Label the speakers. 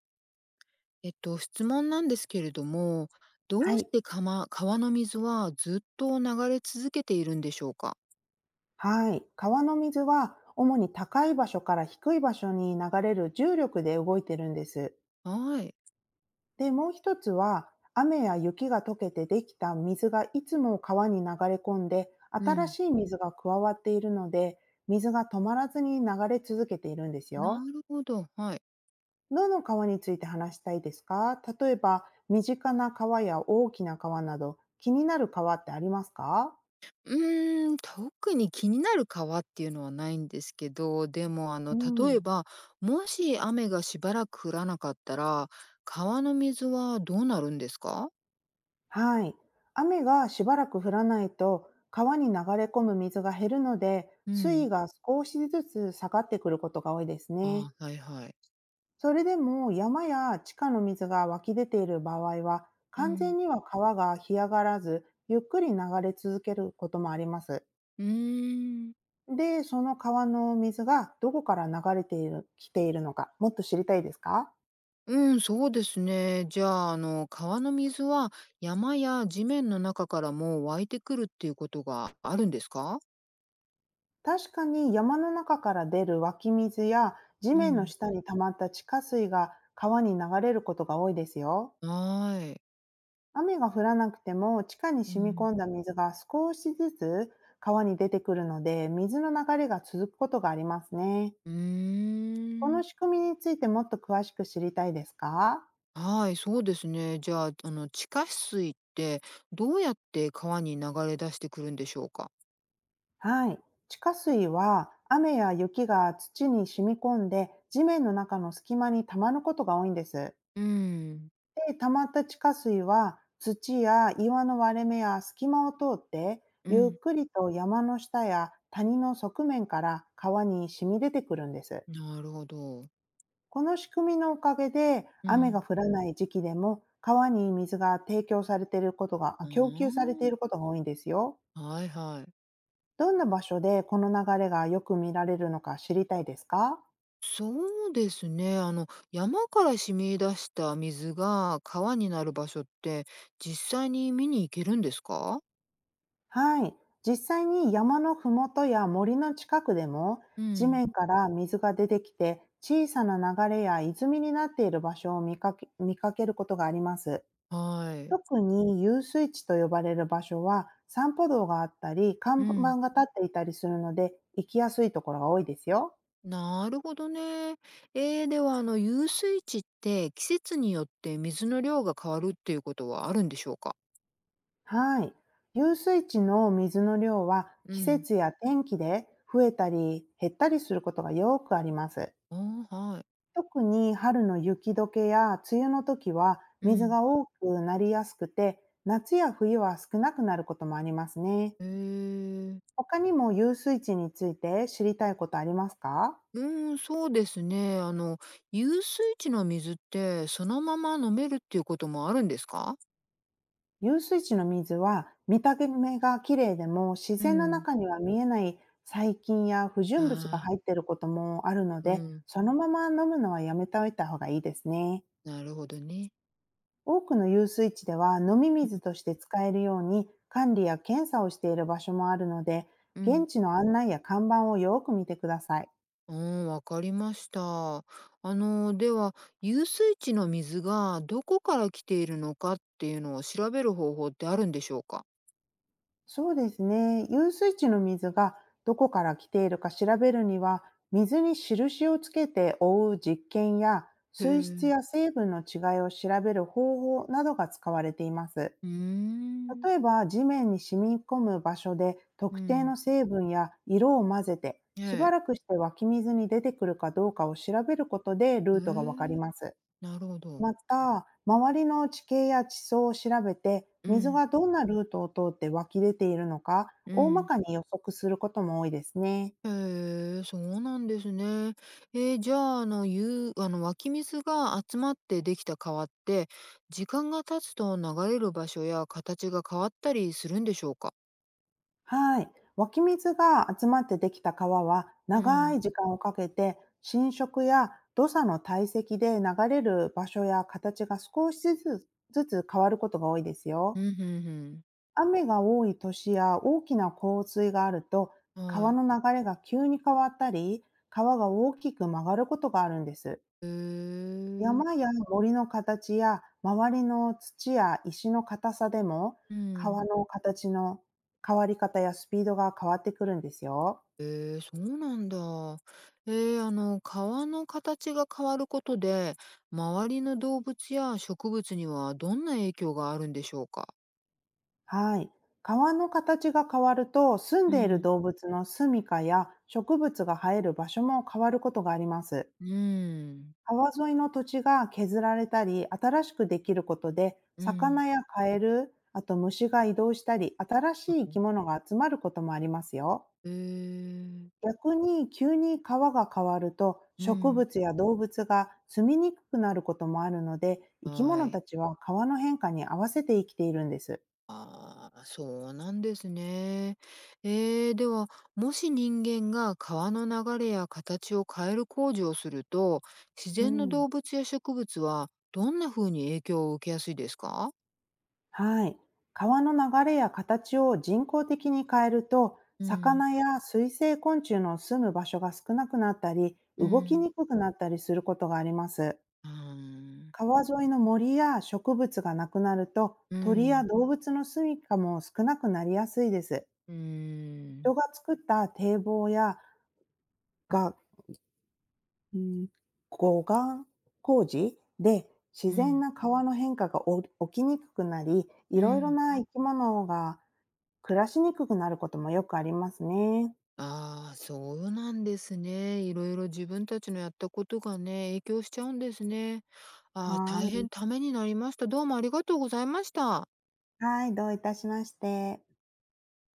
Speaker 1: 質問なんですけれども、ど
Speaker 2: は
Speaker 1: うし
Speaker 2: い。
Speaker 1: てかま川の水はずっと流れ続けているんでしょうか？
Speaker 2: はい。川の水は、主に高い場所から低い場所に流れる重力で動いてるんです。
Speaker 1: はい。
Speaker 2: で、もう一つは、雨や雪が溶けてできた水がいつも川に流れ込んで、
Speaker 1: う
Speaker 2: 新
Speaker 1: ん。
Speaker 2: しい水が加わっているので、水が止まらずに流れ続けているんです
Speaker 1: な
Speaker 2: よ。
Speaker 1: るほど、はい。
Speaker 2: どの川について話したいですか？例えば、身近な川や大きな川など、気になる川ってありますか？
Speaker 1: うーん、特に気になる川っていうのはないんですけど、でもあ
Speaker 2: う
Speaker 1: の、例え
Speaker 2: ん。
Speaker 1: ば、もし雨がしばらく降らなかったら、川の水はどうなるんですか？
Speaker 2: はい。雨がしばらく降らないと、川に流れ込む水が減るので、
Speaker 1: う
Speaker 2: 水
Speaker 1: ん。
Speaker 2: 位が少しずつ下がってくることが多いですね。
Speaker 1: ああ、はいはい。
Speaker 2: それでも山や地下の水が湧き出ている場合は、
Speaker 1: う
Speaker 2: 完全
Speaker 1: ん。
Speaker 2: には川が干上がらず、ゆっくり流れ続けることもあります。
Speaker 1: うーん。
Speaker 2: で、その川の水がどこから流れている、来ているのか、もっと知りたいですか？
Speaker 1: うん、そうですね。じゃあ、川の水は山や地面の中からも湧いてくるっていうことがあるんですか？
Speaker 2: 確かに山の中から出る湧き水や地
Speaker 1: う
Speaker 2: 面の
Speaker 1: ん、
Speaker 2: 下に溜まった地下水が川に流れることが多いですよ。
Speaker 1: はい。
Speaker 2: 雨が降らなくても地下に
Speaker 1: う
Speaker 2: 染み込
Speaker 1: ん、
Speaker 2: んだ水が少しずつ川に出てくるので、水の流れが続くことがありますね。
Speaker 1: う
Speaker 2: こ
Speaker 1: ー
Speaker 2: の
Speaker 1: ん。
Speaker 2: 仕組みについてもっと詳しく知りたいですか？
Speaker 1: はい、そうですね。じゃあ、地下水ってどうやって川に流れ出してくるんでしょうか？
Speaker 2: はい。地下水は雨や雪が土に染み込んで地面の中の隙間に溜まることが多いんです。
Speaker 1: うん、
Speaker 2: で、溜まった地下水は土や岩の割れ目や隙間を通って、
Speaker 1: う
Speaker 2: ゆっ
Speaker 1: ん、
Speaker 2: くりと山の下や谷の側面から川に染み出てくるんです。
Speaker 1: なるほど。
Speaker 2: この仕組みのおかげで、
Speaker 1: う
Speaker 2: 雨が
Speaker 1: ん。
Speaker 2: 降らない時期でも川に水が提供されていることが、あ
Speaker 1: う
Speaker 2: 供給されて
Speaker 1: ー
Speaker 2: い
Speaker 1: ん。
Speaker 2: ることが多いんですよ。
Speaker 1: はいはい。
Speaker 2: どんな場所でこの流れがよく見られるのか知りたいですか？
Speaker 1: そうですね。あの、山から染み出した水が川になる場所って、実際に見に行けるんですか？
Speaker 2: はい。実際に山のふもとや森の近くでも
Speaker 1: う
Speaker 2: 地
Speaker 1: ん、
Speaker 2: 面から水が出てきて、小さな流れや泉になっている場所を見かけることがあります。
Speaker 1: はい。
Speaker 2: 特に遊水地と呼ばれる場所は散歩道があったり看
Speaker 1: うん。
Speaker 2: 板が立っていたりするので、行きやすいところが多いですよ。
Speaker 1: なるほどね。えー、では遊水地って季節によって水の量が変わるっていうことはあるんでしょうか？
Speaker 2: はい。遊水地の水の量は
Speaker 1: う
Speaker 2: 季
Speaker 1: ん、
Speaker 2: 節や天気で増えたり減ったりすることがよくあります。
Speaker 1: ああ、はい。
Speaker 2: 特に春の雪解けや梅雨の時は
Speaker 1: う
Speaker 2: 水
Speaker 1: ん。
Speaker 2: が多くなりやすくて、夏や冬は少なくなることもありますね。
Speaker 1: えー、
Speaker 2: 他にも遊水地について知りたいことありますか？
Speaker 1: うん、そうですね。あの、遊水地の水ってそのまま飲めるっていうこともあるんですか？
Speaker 2: 遊水地の水は見た目が綺麗でも自
Speaker 1: う
Speaker 2: 然の
Speaker 1: ん。
Speaker 2: 中には見えない細菌や不
Speaker 1: あ
Speaker 2: 純物が入っ
Speaker 1: あ。
Speaker 2: ていることもあるの
Speaker 1: う
Speaker 2: で、
Speaker 1: ん、
Speaker 2: そのまま飲むのはやめておいた方がいいですね。
Speaker 1: なるほどね。
Speaker 2: 多くの遊水地では飲み水
Speaker 1: う
Speaker 2: として使えるように管理や検査をしている場所もあるので、
Speaker 1: ん、う
Speaker 2: 現
Speaker 1: ん、
Speaker 2: 地の案内や看板をよく見てください。
Speaker 1: うん、わかりました。あの、では、遊水地の水がどこから来ているのかっていうのを調べる方法ってあるんでしょうか？
Speaker 2: そうですね。遊水地の水がどこから来ているか調べるには、水に印をつけて覆う実験や、
Speaker 1: へ
Speaker 2: 水質
Speaker 1: え、
Speaker 2: や成分の違いを調べる方法などが使われています。
Speaker 1: うーん、
Speaker 2: 例えば、地面に染み込む場所で
Speaker 1: う
Speaker 2: 特定の
Speaker 1: ん、
Speaker 2: 成分や色を混ぜて、
Speaker 1: え
Speaker 2: しば
Speaker 1: え、
Speaker 2: らくして湧き水に出てくるかどうかを調べることで
Speaker 1: へ
Speaker 2: ルートがわかり
Speaker 1: え、
Speaker 2: ます。
Speaker 1: なるほど。
Speaker 2: また、周りの地形や地層を調べて、
Speaker 1: う
Speaker 2: 水
Speaker 1: ん、
Speaker 2: がどんなルートを通って湧き出ているのか、
Speaker 1: う
Speaker 2: 大ま
Speaker 1: ん。
Speaker 2: かに予測することも多いですね。
Speaker 1: へえ、そうなんですね。えー、じゃあ、あの、ゆう、あの、湧き水が集まってできた川って、時間が経つと流れる場所や形が変わったりするんでしょうか？
Speaker 2: はい。湧き水が集まってできた川は
Speaker 1: う
Speaker 2: 長
Speaker 1: ん。
Speaker 2: い時間をかけて浸食や土砂の堆積で流れる場所や形が少しずつ変わることが多いです
Speaker 1: う
Speaker 2: よ。
Speaker 1: ん、うん、うん。
Speaker 2: 雨が多い年や大きな洪水があると、
Speaker 1: は
Speaker 2: 川
Speaker 1: い。
Speaker 2: の流れが急に変わったり川が大きく曲がることがあるんです。
Speaker 1: へえ、
Speaker 2: 山や森の形や周りの土や石の硬さでも、
Speaker 1: うん。
Speaker 2: 川の形の変わり方やスピードが変わってくるんですよ。
Speaker 1: へえー、そうなんだ。えー、あの、川の形が変わることで、周りの動物や植物にはどんな影響があるんでしょうか？
Speaker 2: はい。川の形が変わると、住ん
Speaker 1: う
Speaker 2: でいる
Speaker 1: ん。
Speaker 2: 動物の住処や植物が生える場所も変わることがあります。
Speaker 1: うん。
Speaker 2: 川沿いの土地が削られたり新しくできることで、
Speaker 1: うん。
Speaker 2: 魚やカエル、あと虫が移動したり新しい生き物が集まることもありますよ。
Speaker 1: へえ。
Speaker 2: 逆に急に川が変わると、
Speaker 1: う
Speaker 2: 植
Speaker 1: ん。
Speaker 2: 物や動物が住みにくくなることもあるので、生き
Speaker 1: は
Speaker 2: 物た
Speaker 1: い。
Speaker 2: ちは川の変化に合わせて生きているんです。
Speaker 1: ああ、そうなんですね。ええ、では、もし人間が川の流れや形を変える工事をすると、自
Speaker 2: う
Speaker 1: 然の
Speaker 2: ん。
Speaker 1: 動物や植物はどんな風に影響を受けやすいですか？
Speaker 2: はい。川の流れや形を人工的に変えると、
Speaker 1: うん、
Speaker 2: 魚や水生昆虫の住む場所が少なくなったり、
Speaker 1: う
Speaker 2: 動き
Speaker 1: ん。
Speaker 2: にくくなったりすることがあります。
Speaker 1: うーん。
Speaker 2: 川沿いの森や植物がなくなると、
Speaker 1: う
Speaker 2: 鳥や
Speaker 1: ん。
Speaker 2: 動物の住みかも少なくなりやすいです。
Speaker 1: うー
Speaker 2: 人
Speaker 1: ん。
Speaker 2: が作った堤防やが、うん、護岸工事で、自
Speaker 1: う
Speaker 2: 然
Speaker 1: ん、
Speaker 2: な川の変化が起きにくくなり、い
Speaker 1: う
Speaker 2: ろいろ
Speaker 1: ん。
Speaker 2: な生き物が暮らしにくくなることもよくありますね。
Speaker 1: ああ、そうなんですね。いろいろ自分たちのやったことがね、影響しちゃうんですね。ああ、大
Speaker 2: は
Speaker 1: 変
Speaker 2: い。
Speaker 1: ためになりました。どうもありがとうございました。
Speaker 2: はい、どういたしまして。